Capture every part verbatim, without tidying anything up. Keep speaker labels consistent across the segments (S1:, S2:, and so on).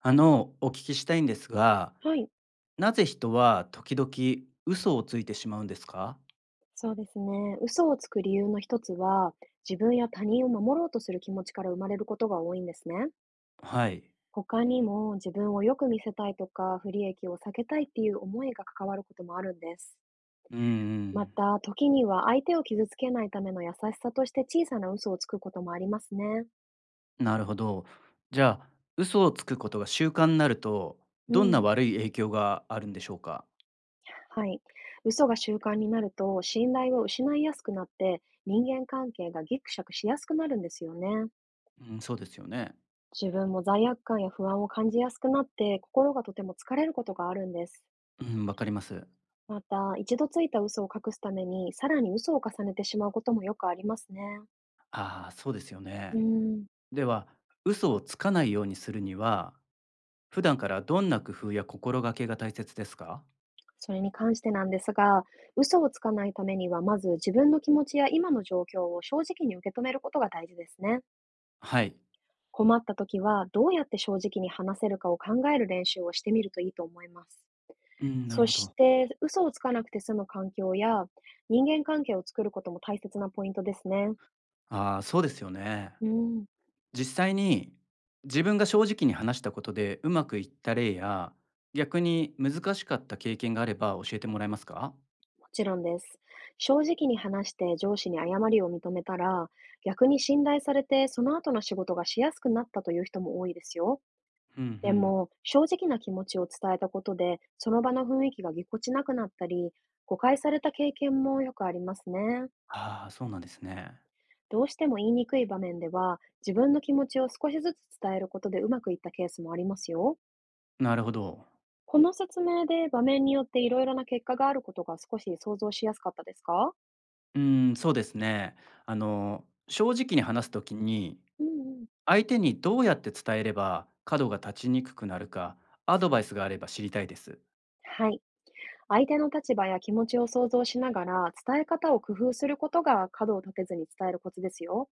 S1: あの、お聞きしたいんですが、
S2: はい、
S1: なぜ人は時々嘘をついてしまうんですか？
S2: そうですね。嘘をつく理由の一つは、自分や他人を守ろうとする気持ちから生まれることが多いんですね。
S1: はい。
S2: 他にも自分をよく見せたいとか、不利益を避けたいっていう思いが関わることもあるんです。
S1: うんう
S2: ま
S1: ん。
S2: た、時には相手を傷つけないための優しさとして小さな嘘をつくこともありますね。
S1: なるほど。じゃあ、嘘をつくことが習慣になると、
S2: う
S1: どんな
S2: ん。
S1: 悪い影響があるんでしょうか？
S2: はい。嘘が習慣になると、信頼を失いやすくなって、人間関係がギクシャクしやすくなるんですよね。
S1: うん、そうですよね。
S2: 自分も罪悪感や不安を感じやすくなって心がとても疲れることがあるんです。
S1: うん、わかります。
S2: また、一度ついた嘘を隠すためにさらに嘘を重ねてしまうこともよくありますね。
S1: ああ、そうですよ
S2: うー
S1: ね。
S2: ん、
S1: では、嘘をつかないようにするには、普段からどんな工夫や心がけが大切ですか？
S2: それに関してなんですが、嘘をつかないためにはまず自分の気持ちや今の状況を正直に受け止めることが大事ですね。
S1: はい。
S2: 困った時はどうやって正直に話せるかを考える練習をしてみるといいと思います。
S1: うん、な
S2: そ
S1: るほ
S2: し
S1: ど。
S2: て、嘘をつかなくて済む環境や人間関係を作ることも大切なポイントですね。
S1: ああ、そうですよね。
S2: うーん、も
S1: 実際に自分が正直に話したことでうまくいった例や、逆に難しかった経験があれば教えてもらえますか？
S2: ちろんです。正直に話して上司に誤りを認めたら、逆に信頼されてその後の仕事がしやすくなったという人も多いですよ。
S1: うんう
S2: で
S1: ん。
S2: も、正直な気持ちを伝えたことで、その場の雰囲気がぎこちなくなったり、誤解された経験もよくありますね。
S1: ああ、そうなんですね。
S2: どうしても言いにくい場面では、自分の気持ちを少しずつ伝えることでうまくいったケースもありますよ。
S1: なるほど。
S2: この説明で場面によっていろいろな結果があることが少し想像しやすかったですか？
S1: うん、そうですね。あの、正直に話すときに、
S2: うんうん。
S1: 相手にどうやって伝えれば角が立ちにくくなるか、アドバイスがあれば知りたいです。
S2: はい。相手の立場や気持ちを想像しながら、伝え方を工夫することが角を立てずに伝えるコツですよ。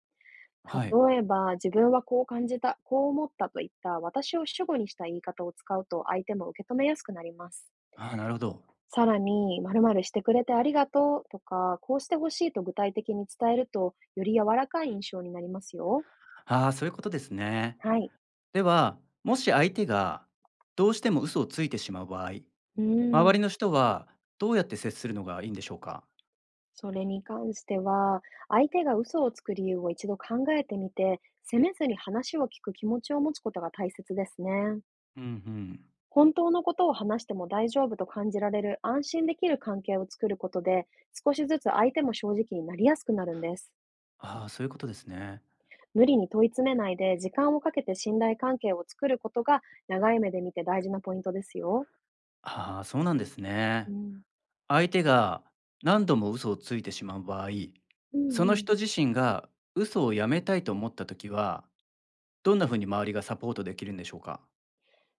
S1: はい。
S2: 例えば、自分はこう感じた、こう思ったといった私を主語にした言い方を使うと相手も受け止めやすくなります。
S1: ああ、なるほど。
S2: さらに、〇〇してくれてありがとうとか、こうしてほしいと具体的に伝えると、より柔らかい印象になりますよ。
S1: ああ、そういうことですね。
S2: はい。
S1: では、もし相手がどうしても嘘をついてしまう場合、
S2: うー
S1: 周
S2: ん。
S1: りの人はどうやって接するのがいいんでしょうか？
S2: それに関しては、相手が嘘をつく理由を一度考えてみて、責めずに話を聞く気持ちを持つことが大切ですね。
S1: うんうん。
S2: 本当のことを話しても大丈夫と感じられる安心できる関係を作ることで、少しずつ相手も正直になりやすくなるんです。
S1: ああ、そういうことですね。
S2: 無理に問い詰めないで、時間をかけて信頼関係を作ることが長い目で見て大事なポイントですよ。
S1: ああ、そうなんです
S2: う
S1: ね。
S2: ん。
S1: 相手が何度も嘘をついてしまう場合、
S2: う
S1: そ
S2: ん
S1: の
S2: うん。
S1: 人自身が嘘をやめたいと思った時は、どんな風に周りがサポートできるんでしょうか？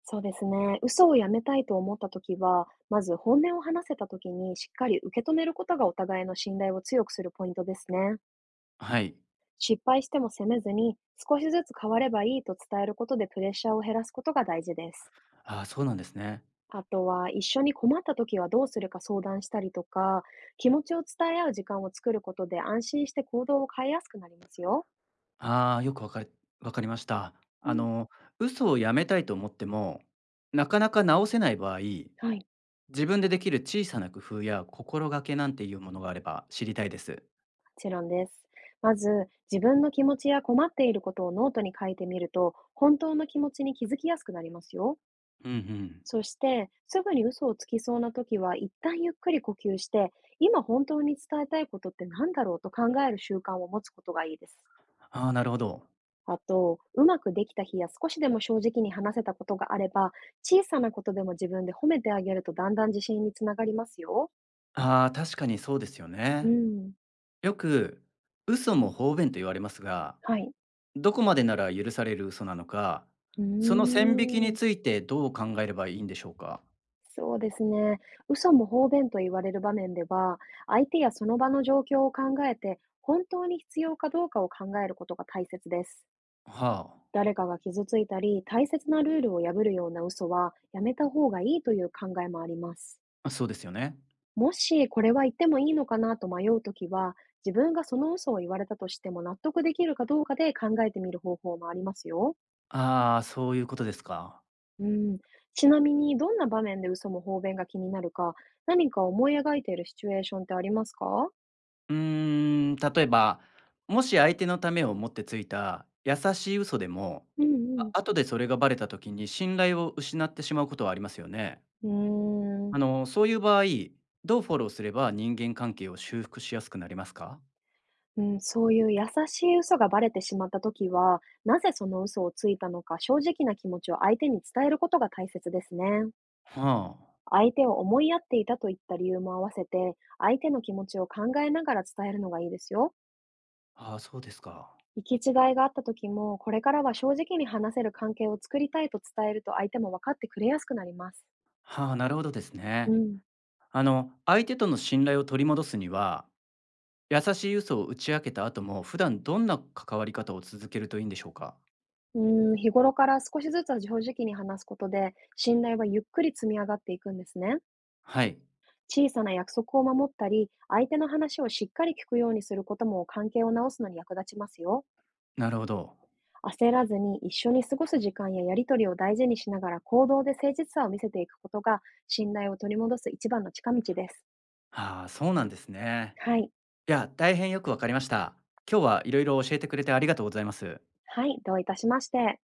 S2: そうですね。嘘をやめたいと思ったときは、まず本音を話せたときにしっかり受け止めることがお互いの信頼を強くするポイントですね。
S1: はい。
S2: 失敗しても責めずに、少しずつ変わればいいと伝えることでプレッシャーを減らすことが大事です。
S1: ああ、そうなんですね。
S2: あとは、一緒に困ったときはどうするか相談したりとか、気持ちを伝え合う時間を作ることで安心して行動を変えやすくなりますよ。
S1: ああ、よくわかりわかりました。
S2: う
S1: あ
S2: ん。
S1: の、嘘をやめたいと思っても、なかなか直せない場合、
S2: はい。
S1: 自分でできる小さな工夫や心がけなんていうものがあれば知りたいです。
S2: もちろんです。まず、自分の気持ちや困っていることをノートに書いてみると、本当の気持ちに気づきやすくなりますよ。
S1: うんうん。
S2: そして、すぐに嘘をつきそうな時は、一旦ゆっくり呼吸して、今本当に伝えたいことって何だろうと考える習慣を持つことがいいです。
S1: ああ、なるほど。
S2: あと、うまくできた日や少しでも正直に話せたことがあれば、小さなことでも自分で褒めてあげるとだんだん自信につながりますよ。
S1: ああ、確かにそうですよ
S2: う
S1: ね。
S2: ん。
S1: よく、嘘も方便と言われますが、
S2: はい。
S1: どこまでなら許される嘘なのか、
S2: うー
S1: その線引きに
S2: ん。
S1: ついてどう考えればいいんでしょうか。
S2: そうですね。嘘も方便と言われる場面では、相手やその場の状況を考えて、本当に必要かどうかを考えることが大切です。
S1: は
S2: 誰かが傷ついたり、大切なルールを破るような嘘はやめた方がいいという考えもあります。
S1: あ、そうですよね。
S2: もしこれは言ってもいいのかなと迷うときは、自分がその嘘を言われたとしても納得できるかどうかで考えてみる方法もありますよ。
S1: ああ、そういうことですか。
S2: うん、ちなみにどんな場面で嘘も方便が気になるか、何か思い描いているシチュエーションってありますか？
S1: うーん、例えば、もし相手のためを思ってついた優しい嘘でも、
S2: うんう
S1: あ、
S2: ん。
S1: 後でそれがバレた時に信頼を失ってしまうことはありますよね。
S2: うーん、
S1: あの、そういう場合、どうフォローすれば人間関係を修復しやすくなりますか？
S2: うん、そういう優しい嘘がバレてしまった時は、なぜその嘘をついたのか、正直な気持ちを相手に伝えることが大切ですね。
S1: は
S2: 相手を思いやっていたといった理由も合わせて、相手の気持ちを考えながら伝えるのがいいですよ。
S1: あ、ああ、そうですか。
S2: 行き違いがあった時も、これからは正直に話せる関係を作りたいと伝えると相手も分かってくれやすくなります。
S1: はあ、なるほどです
S2: う
S1: ね。
S2: ん。
S1: あの、相手との信頼を取り戻すには、優しい嘘を打ち明けた後も、普段どんな関わり方を続けるといいんでしょうか？
S2: うーん、日頃から少しずつ正直に話すことで、信頼はゆっくり積み上がっていくんですね。
S1: はい、
S2: 小さな約束を守ったり、相手の話をしっかり聞くようにすることも関係を直すのに役立ちますよ。
S1: なるほど。
S2: 焦らずに一緒に過ごす時間ややりとりを大事にしながら行動で誠実さを見せていくことが、信頼を取り戻す一番の近道です。
S1: はあ、そうなんですね。
S2: はい。
S1: いや、大変よくわかりました。今日はいろいろ教えてくれてありがとうございます。
S2: はい、どういたしまして。